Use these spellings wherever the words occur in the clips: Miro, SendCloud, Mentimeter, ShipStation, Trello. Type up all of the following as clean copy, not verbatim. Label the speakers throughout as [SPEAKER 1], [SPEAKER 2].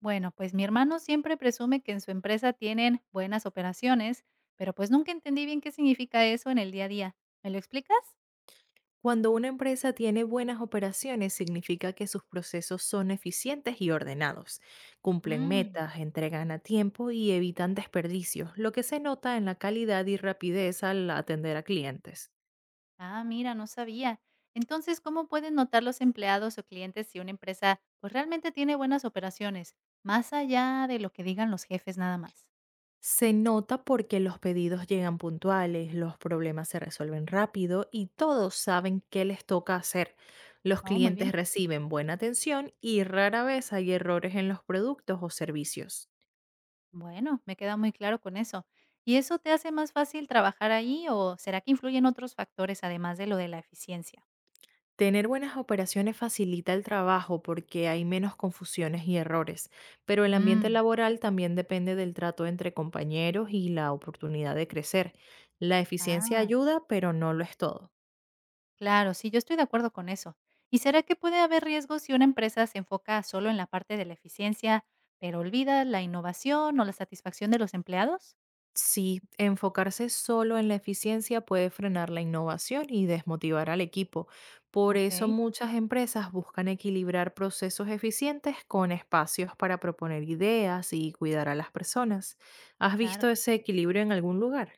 [SPEAKER 1] Bueno, pues mi hermano siempre presume que en su empresa tienen buenas operaciones, pero pues nunca entendí bien qué significa eso en el día a día. ¿Me lo explicas?
[SPEAKER 2] Cuando una empresa tiene buenas operaciones, significa que sus procesos son eficientes y ordenados, cumplen
[SPEAKER 1] Mm,
[SPEAKER 2] metas, entregan a tiempo y evitan desperdicios, lo que se nota en la calidad y rapidez al atender a clientes.
[SPEAKER 1] ah, mira, no sabía. Entonces, ¿cómo pueden notar los empleados o clientes si una empresa pues realmente tiene buenas operaciones, más allá de lo que digan los jefes nada más?
[SPEAKER 2] Se nota porque los pedidos llegan puntuales, los problemas se resuelven rápido y todos saben qué les toca hacer. Los
[SPEAKER 1] Oh, muy
[SPEAKER 2] clientes
[SPEAKER 1] bien.
[SPEAKER 2] reciben buena atención y rara vez hay errores en los productos o servicios.
[SPEAKER 1] Bueno, me queda muy claro con eso. ¿Y eso te hace más fácil trabajar ahí o será que influyen otros factores además de lo de la eficiencia?
[SPEAKER 2] Tener buenas operaciones facilita el trabajo porque hay menos confusiones y errores, pero el ambiente
[SPEAKER 1] Mm,
[SPEAKER 2] laboral también depende del trato entre compañeros y la oportunidad de crecer. La eficiencia
[SPEAKER 1] ah.
[SPEAKER 2] ayuda, pero no lo es todo.
[SPEAKER 1] Claro, sí, yo estoy de acuerdo con eso. ¿Y será que puede haber riesgos si una empresa se enfoca solo en la parte de la eficiencia, pero olvida la innovación o la satisfacción de los empleados?
[SPEAKER 2] Sí, enfocarse solo en la eficiencia puede frenar la innovación y desmotivar al equipo. Por eso
[SPEAKER 1] Ok,
[SPEAKER 2] muchas empresas buscan equilibrar procesos eficientes con espacios para proponer ideas y cuidar a las personas. ¿Has
[SPEAKER 1] claro.
[SPEAKER 2] visto ese equilibrio en algún lugar?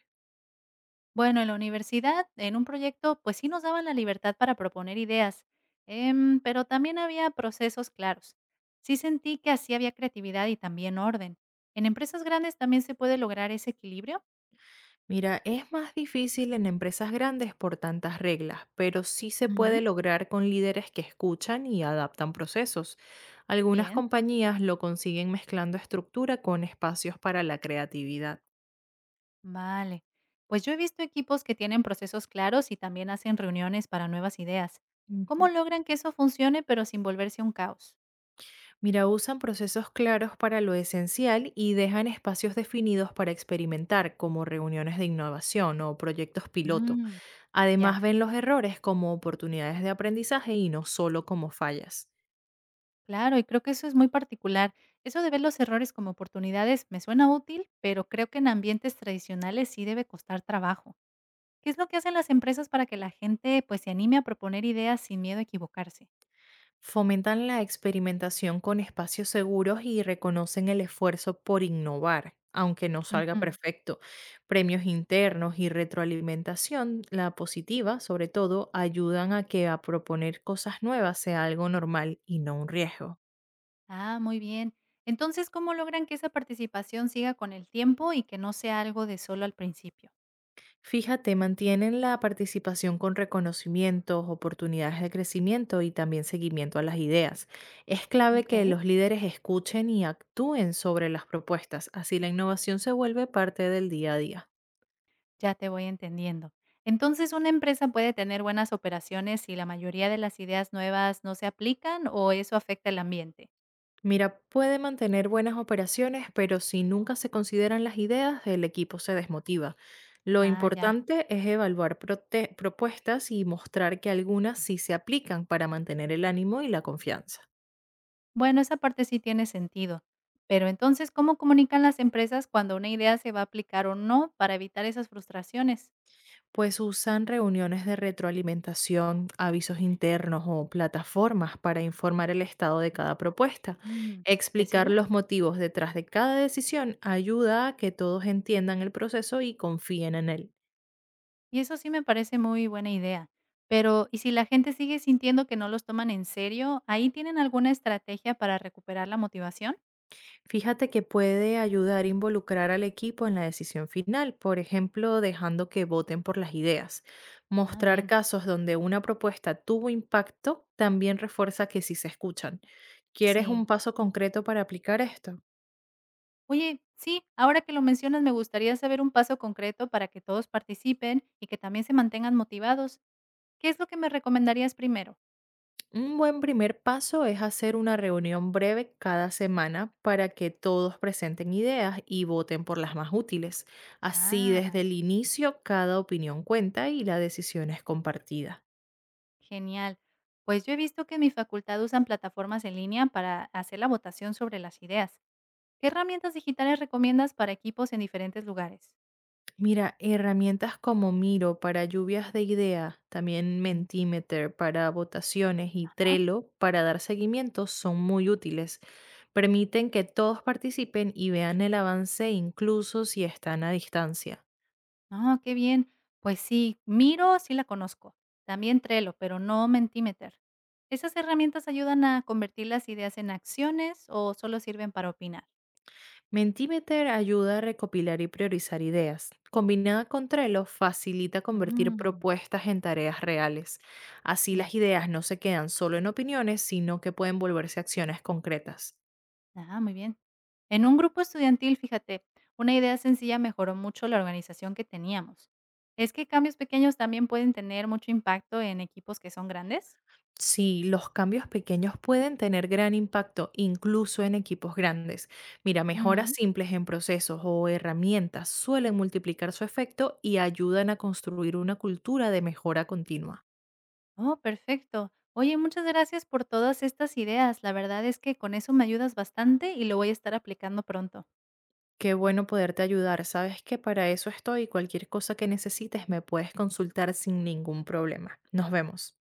[SPEAKER 1] Bueno, en la universidad, en un proyecto, pues sí nos daban la libertad para proponer ideas, pero también había procesos claros. Sí sentí que así había creatividad y también orden. ¿En empresas grandes también se puede lograr ese equilibrio?
[SPEAKER 2] Mira, es más difícil en empresas grandes por tantas reglas, pero sí se
[SPEAKER 1] Ujú.
[SPEAKER 2] puede lograr con líderes que escuchan y adaptan procesos. Algunas
[SPEAKER 1] Bien.
[SPEAKER 2] compañías lo consiguen mezclando estructura con espacios para la creatividad.
[SPEAKER 1] Vale. Pues yo he visto equipos que tienen procesos claros y también hacen reuniones para nuevas ideas. ¿Cómo
[SPEAKER 2] Ujú.
[SPEAKER 1] logran que eso funcione pero sin volverse un caos?
[SPEAKER 2] Mira, usan procesos claros para lo esencial y dejan espacios definidos para experimentar, como reuniones de innovación o proyectos piloto.
[SPEAKER 1] Mm, ya,
[SPEAKER 2] Además, ven los errores como oportunidades de aprendizaje y no solo como fallas.
[SPEAKER 1] claro, y creo que eso es muy particular. Eso de ver los errores como oportunidades me suena útil, pero creo que en ambientes tradicionales sí debe costar trabajo. ¿Qué es lo que hacen las empresas para que la gente pues se anime a proponer ideas sin miedo a equivocarse?
[SPEAKER 2] Fomentan la experimentación con espacios seguros y reconocen el esfuerzo por innovar, aunque no salga
[SPEAKER 1] Ujú.
[SPEAKER 2] perfecto. Premios internos y retroalimentación, la positiva sobre todo, ayudan a que a proponer cosas nuevas sea algo normal y no un riesgo.
[SPEAKER 1] Ah, muy bien. Entonces, ¿cómo logran que esa participación siga con el tiempo y que no sea algo de solo al principio?
[SPEAKER 2] Fíjate, mantienen la participación con reconocimientos, oportunidades de crecimiento y también seguimiento a las ideas. Es clave que
[SPEAKER 1] Ok.
[SPEAKER 2] los líderes escuchen y actúen sobre las propuestas, así la innovación se vuelve parte del día a día.
[SPEAKER 1] Ya te voy entendiendo. Entonces, ¿una empresa puede tener buenas operaciones si la mayoría de las ideas nuevas no se aplican o eso afecta el ambiente?
[SPEAKER 2] Mira, puede mantener buenas operaciones, pero si nunca se consideran las ideas, el equipo se desmotiva. Lo
[SPEAKER 1] Ah, ya.
[SPEAKER 2] importante es evaluar propuestas y mostrar que algunas sí se aplican para mantener el ánimo y la confianza.
[SPEAKER 1] Bueno, esa parte sí tiene sentido. Pero entonces, ¿cómo comunican las empresas cuando una idea se va a aplicar o no para evitar esas frustraciones?
[SPEAKER 2] Pues usan reuniones de retroalimentación, avisos internos o plataformas para informar el estado de cada propuesta.
[SPEAKER 1] Mm, ¿Te
[SPEAKER 2] Explicar
[SPEAKER 1] sigo?
[SPEAKER 2] los motivos detrás de cada decisión ayuda a que todos entiendan el proceso y confíen en él.
[SPEAKER 1] Y eso sí me parece muy buena idea. Pero, ¿y si la gente sigue sintiendo que no los toman en serio? ¿Ahí tienen alguna estrategia para recuperar la motivación?
[SPEAKER 2] Fíjate que puede ayudar a involucrar al equipo en la decisión final, por ejemplo, dejando que voten por las ideas.
[SPEAKER 1] Ah,
[SPEAKER 2] Mostrar
[SPEAKER 1] bien.
[SPEAKER 2] casos donde una propuesta tuvo impacto también refuerza que sí se escuchan. ¿Quieres
[SPEAKER 1] Sí,
[SPEAKER 2] un paso concreto para aplicar esto?
[SPEAKER 1] oye, sí, ahora que lo mencionas, me gustaría saber un paso concreto para que todos participen y que también se mantengan motivados. ¿Qué es lo que me recomendarías primero?
[SPEAKER 2] Un buen primer paso es hacer una reunión breve cada semana para que todos presenten ideas y voten por las más útiles. Así,
[SPEAKER 1] Ah,
[SPEAKER 2] desde el inicio, cada opinión cuenta y la decisión es compartida.
[SPEAKER 1] genial. Pues yo he visto que en mi facultad usan plataformas en línea para hacer la votación sobre las ideas. ¿Qué herramientas digitales recomiendas para equipos en diferentes lugares?
[SPEAKER 2] Mira, herramientas como Miro para lluvias de ideas, también
[SPEAKER 1] Ujú.
[SPEAKER 2] Mentimeter para votaciones y Trello para dar seguimiento son muy útiles. Permiten que todos participen y vean el avance incluso si están a distancia.
[SPEAKER 1] No, qué bien. Pues sí, Miro sí la conozco, también Trello, pero no Mentimeter. ¿Esas herramientas ayudan a convertir las ideas en acciones o solo sirven para opinar?
[SPEAKER 2] Mentimeter ayuda a recopilar y priorizar ideas. Combinada con Trello, facilita convertir
[SPEAKER 1] Mm,
[SPEAKER 2] propuestas en tareas reales. Así
[SPEAKER 1] ya,
[SPEAKER 2] las ideas no se quedan solo en opiniones, sino que pueden volverse acciones concretas.
[SPEAKER 1] ah, muy bien. En un grupo estudiantil, fíjate, una idea sencilla mejoró mucho la organización que teníamos. ¿Es que cambios pequeños también pueden tener mucho impacto en equipos que son grandes?
[SPEAKER 2] Sí, los cambios pequeños pueden tener gran impacto incluso en equipos grandes. Mira, mejoras
[SPEAKER 1] Ujú.
[SPEAKER 2] simples en procesos o herramientas suelen multiplicar su efecto y ayudan a construir una cultura de mejora continua.
[SPEAKER 1] Oh, perfecto. Oye, muchas gracias por todas estas ideas. La verdad es que con eso me ayudas bastante y lo voy a estar aplicando pronto.
[SPEAKER 2] Qué bueno poderte ayudar. Sabes que para eso estoy. Cualquier cosa que necesites me puedes consultar sin ningún problema. Nos vemos.